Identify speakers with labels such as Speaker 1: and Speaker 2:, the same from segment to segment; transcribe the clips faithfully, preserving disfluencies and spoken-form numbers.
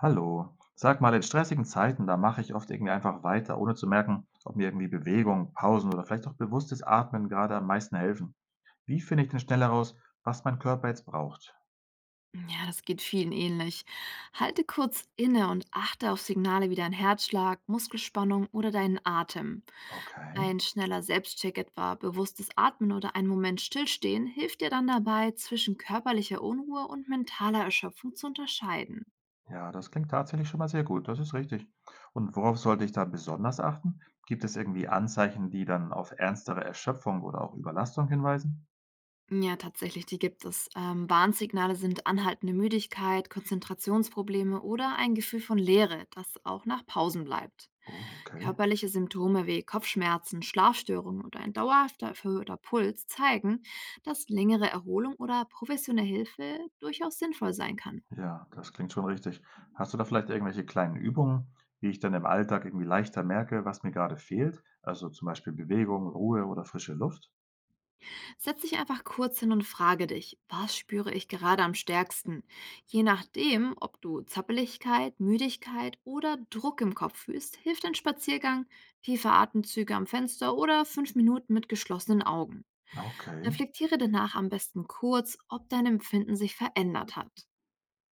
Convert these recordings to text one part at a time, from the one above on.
Speaker 1: Hallo. Sag mal, in stressigen Zeiten, da mache ich oft irgendwie einfach weiter, ohne zu merken, ob mir irgendwie Bewegung, Pausen oder vielleicht auch bewusstes Atmen gerade am meisten helfen. Wie finde ich denn schnell heraus, was mein Körper jetzt braucht?
Speaker 2: Ja, das geht vielen ähnlich. Halte kurz inne und achte auf Signale wie dein Herzschlag, Muskelspannung oder deinen Atem.
Speaker 1: Okay.
Speaker 2: Ein schneller Selbstcheck etwa, bewusstes Atmen oder einen Moment stillstehen hilft dir dann dabei, zwischen körperlicher Unruhe und mentaler Erschöpfung zu unterscheiden.
Speaker 1: Ja, das klingt tatsächlich schon mal sehr gut. Das ist richtig. Und worauf sollte ich da besonders achten? Gibt es irgendwie Anzeichen, die dann auf ernstere Erschöpfung oder auch Überlastung hinweisen?
Speaker 2: Ja, tatsächlich, die gibt es. Ähm, Warnsignale sind anhaltende Müdigkeit, Konzentrationsprobleme oder ein Gefühl von Leere, das auch nach Pausen bleibt.
Speaker 1: Oh, okay.
Speaker 2: Körperliche Symptome wie Kopfschmerzen, Schlafstörungen oder ein dauerhafter erhöhter Puls zeigen, dass längere Erholung oder professionelle Hilfe durchaus sinnvoll sein kann.
Speaker 1: Ja, das klingt schon richtig. Hast du da vielleicht irgendwelche kleinen Übungen, wie ich dann im Alltag irgendwie leichter merke, was mir gerade fehlt? Also zum Beispiel Bewegung, Ruhe oder frische Luft?
Speaker 2: Setz dich einfach kurz hin und frage dich, was spüre ich gerade am stärksten? Je nachdem, ob du Zappeligkeit, Müdigkeit oder Druck im Kopf fühlst, hilft ein Spaziergang, tiefe Atemzüge am Fenster oder fünf Minuten mit geschlossenen Augen.
Speaker 1: Okay.
Speaker 2: Reflektiere danach am besten kurz, ob dein Empfinden sich verändert hat.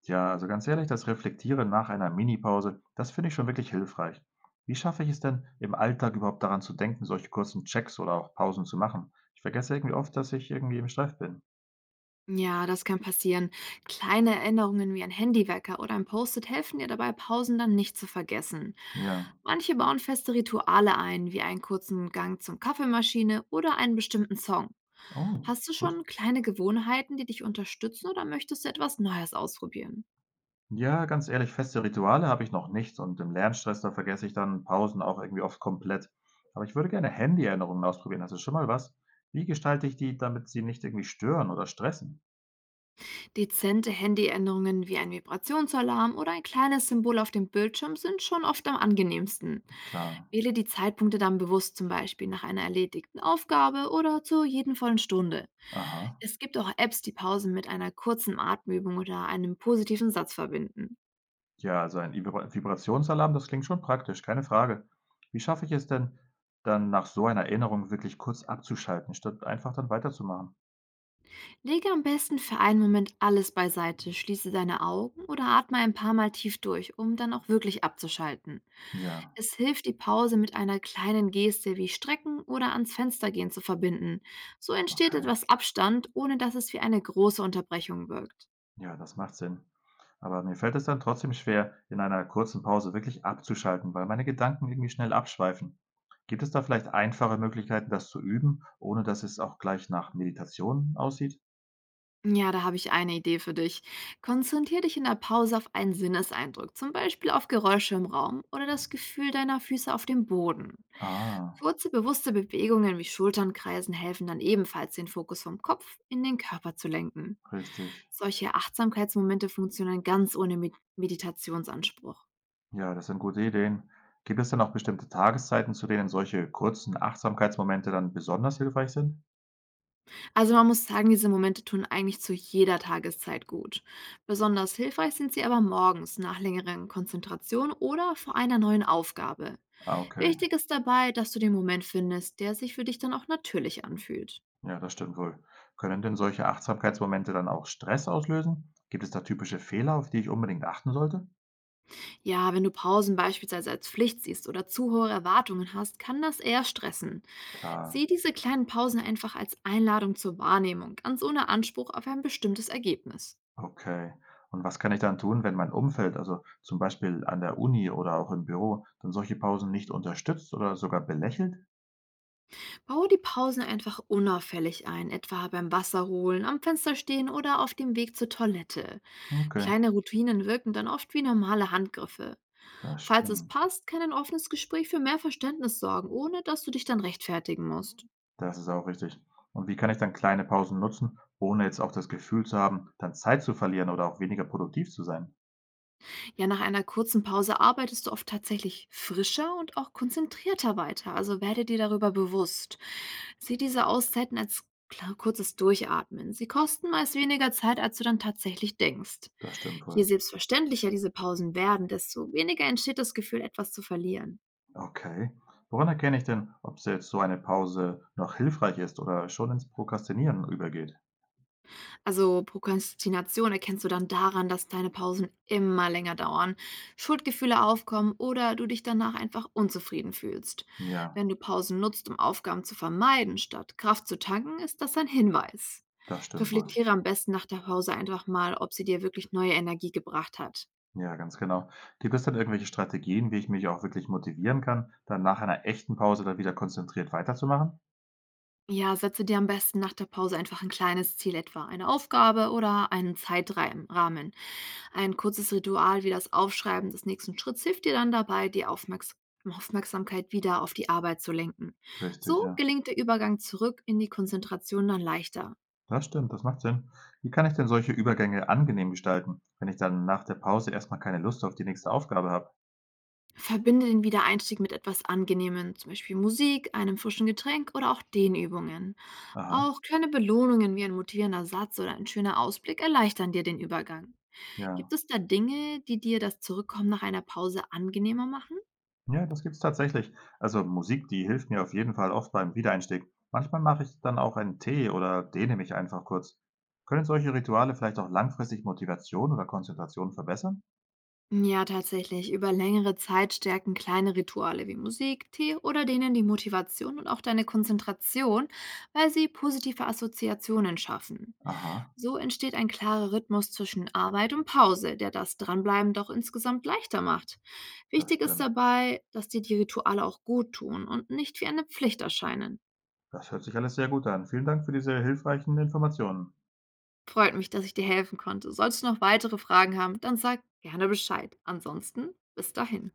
Speaker 1: Ja, also ganz ehrlich, das Reflektieren nach einer Minipause, das finde ich schon wirklich hilfreich. Wie schaffe ich es denn, im Alltag überhaupt daran zu denken, solche kurzen Checks oder auch Pausen zu machen? Ich vergesse irgendwie oft, dass ich irgendwie im Stress bin.
Speaker 2: Ja, das kann passieren. Kleine Erinnerungen wie ein Handywecker oder ein Post-it helfen dir dabei, Pausen dann nicht zu vergessen.
Speaker 1: Ja.
Speaker 2: Manche bauen feste Rituale ein, wie einen kurzen Gang zum Kaffeemaschine oder einen bestimmten Song.
Speaker 1: Oh,
Speaker 2: Hast du
Speaker 1: gut.
Speaker 2: schon kleine Gewohnheiten, die dich unterstützen oder möchtest du etwas Neues ausprobieren?
Speaker 1: Ja, ganz ehrlich, feste Rituale habe ich noch nicht und im Lernstress, da vergesse ich dann Pausen auch irgendwie oft komplett. Aber ich würde gerne Handy-Erinnerungen ausprobieren. Hast du schon mal was? Wie gestalte ich die, damit sie nicht irgendwie stören oder stressen?
Speaker 2: Dezente Handyänderungen wie ein Vibrationsalarm oder ein kleines Symbol auf dem Bildschirm sind schon oft am angenehmsten.
Speaker 1: Klar.
Speaker 2: Wähle die Zeitpunkte dann bewusst, zum Beispiel nach einer erledigten Aufgabe oder zur jeden vollen Stunde.
Speaker 1: Aha.
Speaker 2: Es gibt auch Apps, die Pausen mit einer kurzen Atemübung oder einem positiven Satz verbinden.
Speaker 1: Ja, also ein Vibra- Vibrationsalarm, das klingt schon praktisch, keine Frage. Wie schaffe ich es denn, dann nach so einer Erinnerung wirklich kurz abzuschalten, statt einfach dann weiterzumachen?
Speaker 2: Lege am besten für einen Moment alles beiseite, schließe deine Augen oder atme ein paar Mal tief durch, um dann auch wirklich abzuschalten.
Speaker 1: Ja,
Speaker 2: Es hilft, die Pause mit einer kleinen Geste wie Strecken oder ans Fenster gehen zu verbinden. So entsteht
Speaker 1: okay.
Speaker 2: etwas Abstand, ohne dass es wie eine große Unterbrechung wirkt.
Speaker 1: Ja, das macht Sinn. Aber mir fällt es dann trotzdem schwer, in einer kurzen Pause wirklich abzuschalten, weil meine Gedanken irgendwie schnell abschweifen. Gibt es da vielleicht einfache Möglichkeiten, das zu üben, ohne dass es auch gleich nach Meditation aussieht?
Speaker 2: Ja, da habe ich eine Idee für dich. Konzentrier dich in der Pause auf einen Sinneseindruck, zum Beispiel auf Geräusche im Raum oder das Gefühl deiner Füße auf dem Boden.
Speaker 1: Ah,
Speaker 2: Kurze, bewusste Bewegungen wie Schulternkreisen helfen dann ebenfalls, den Fokus vom Kopf in den Körper zu lenken.
Speaker 1: richtig.
Speaker 2: Solche Achtsamkeitsmomente funktionieren ganz ohne Med- Meditationsanspruch.
Speaker 1: Ja, das sind gute Ideen. Gibt es denn auch bestimmte Tageszeiten, zu denen solche kurzen Achtsamkeitsmomente dann besonders hilfreich sind?
Speaker 2: Also man muss sagen, diese Momente tun eigentlich zu jeder Tageszeit gut. Besonders hilfreich sind sie aber morgens nach längeren Konzentration oder vor einer neuen Aufgabe.
Speaker 1: Ah, okay.
Speaker 2: Wichtig ist dabei, dass du den Moment findest, der sich für dich dann auch natürlich anfühlt.
Speaker 1: Ja, das stimmt wohl. Können denn solche Achtsamkeitsmomente dann auch Stress auslösen? Gibt es da typische Fehler, auf die ich unbedingt achten sollte?
Speaker 2: Ja, wenn du Pausen beispielsweise als Pflicht siehst oder zu hohe Erwartungen hast, kann das eher stressen.
Speaker 1: Klar.
Speaker 2: Sieh diese kleinen Pausen einfach als Einladung zur Wahrnehmung, ganz ohne Anspruch auf ein bestimmtes Ergebnis.
Speaker 1: Okay. Und was kann ich dann tun, wenn mein Umfeld, also zum Beispiel an der Uni oder auch im Büro, dann solche Pausen nicht unterstützt oder sogar belächelt?
Speaker 2: Bau die Pausen einfach unauffällig ein, etwa beim Wasserholen, am Fenster stehen oder auf dem Weg zur Toilette.
Speaker 1: Okay,
Speaker 2: Kleine Routinen wirken dann oft wie normale Handgriffe.
Speaker 1: das
Speaker 2: Falls es
Speaker 1: stimmt.
Speaker 2: passt, kann ein offenes Gespräch für mehr Verständnis sorgen, ohne dass du dich dann rechtfertigen musst.
Speaker 1: Das ist auch richtig. Und wie kann ich dann kleine Pausen nutzen, ohne jetzt auch das Gefühl zu haben, dann Zeit zu verlieren oder auch weniger produktiv zu sein?
Speaker 2: Ja, nach einer kurzen Pause arbeitest du oft tatsächlich frischer und auch konzentrierter weiter, also werde dir darüber bewusst. Sieh diese Auszeiten als klar- kurzes Durchatmen. Sie kosten meist weniger Zeit, als du dann tatsächlich denkst.
Speaker 1: Das stimmt
Speaker 2: Je
Speaker 1: wohl.
Speaker 2: selbstverständlicher diese Pausen werden, desto weniger entsteht das Gefühl, etwas zu verlieren.
Speaker 1: Okay. Woran erkenne ich denn, ob so jetzt so eine Pause noch hilfreich ist oder schon ins Prokrastinieren übergeht?
Speaker 2: Also Prokrastination erkennst du dann daran, dass deine Pausen immer länger dauern, Schuldgefühle aufkommen oder du dich danach einfach unzufrieden fühlst.
Speaker 1: Ja,
Speaker 2: Wenn du Pausen nutzt, um Aufgaben zu vermeiden, statt Kraft zu tanken, ist das ein Hinweis.
Speaker 1: das stimmt wohl.
Speaker 2: Reflektiere am besten nach der Pause einfach mal, ob sie dir wirklich neue Energie gebracht hat.
Speaker 1: Ja, ganz genau. Gibt es denn irgendwelche Strategien, wie ich mich auch wirklich motivieren kann, dann nach einer echten Pause dann wieder konzentriert weiterzumachen?
Speaker 2: Ja, setze dir am besten nach der Pause einfach ein kleines Ziel, etwa eine Aufgabe oder einen Zeitrahmen. Ein kurzes Ritual wie das Aufschreiben des nächsten Schritts hilft dir dann dabei, die Aufmerks Aufmerksamkeit wieder auf die Arbeit zu lenken.
Speaker 1: Richtig,
Speaker 2: So
Speaker 1: ja.
Speaker 2: gelingt der Übergang zurück in die Konzentration dann leichter.
Speaker 1: Das stimmt, das macht Sinn. Wie kann ich denn solche Übergänge angenehm gestalten, wenn ich dann nach der Pause erstmal keine Lust auf die nächste Aufgabe habe?
Speaker 2: Verbinde den Wiedereinstieg mit etwas Angenehmem, zum Beispiel Musik, einem frischen Getränk oder auch Dehnübungen.
Speaker 1: Aha,
Speaker 2: Auch kleine Belohnungen wie ein motivierender Satz oder ein schöner Ausblick erleichtern dir den Übergang. Gibt
Speaker 1: ja.
Speaker 2: es da Dinge, die dir das Zurückkommen nach einer Pause angenehmer machen?
Speaker 1: Ja, das gibt's tatsächlich. Also Musik, die hilft mir auf jeden Fall oft beim Wiedereinstieg. Manchmal mache ich dann auch einen Tee oder dehne mich einfach kurz. Können solche Rituale vielleicht auch langfristig Motivation oder Konzentration verbessern?
Speaker 2: Ja, tatsächlich. Über längere Zeit stärken kleine Rituale wie Musik, Tee oder denen die Motivation und auch deine Konzentration, weil sie positive Assoziationen schaffen.
Speaker 1: Aha,
Speaker 2: So entsteht ein klarer Rhythmus zwischen Arbeit und Pause, der das Dranbleiben doch insgesamt leichter macht.
Speaker 1: das
Speaker 2: Wichtig ist
Speaker 1: stimmt.
Speaker 2: dabei, dass dir die Rituale auch gut tun und nicht wie eine Pflicht erscheinen.
Speaker 1: Das hört sich alles sehr gut an. Vielen Dank für diese hilfreichen Informationen.
Speaker 2: Freut mich, dass ich dir helfen konnte. Sollst du noch weitere Fragen haben, dann sag gerne Bescheid. Ansonsten, bis dahin.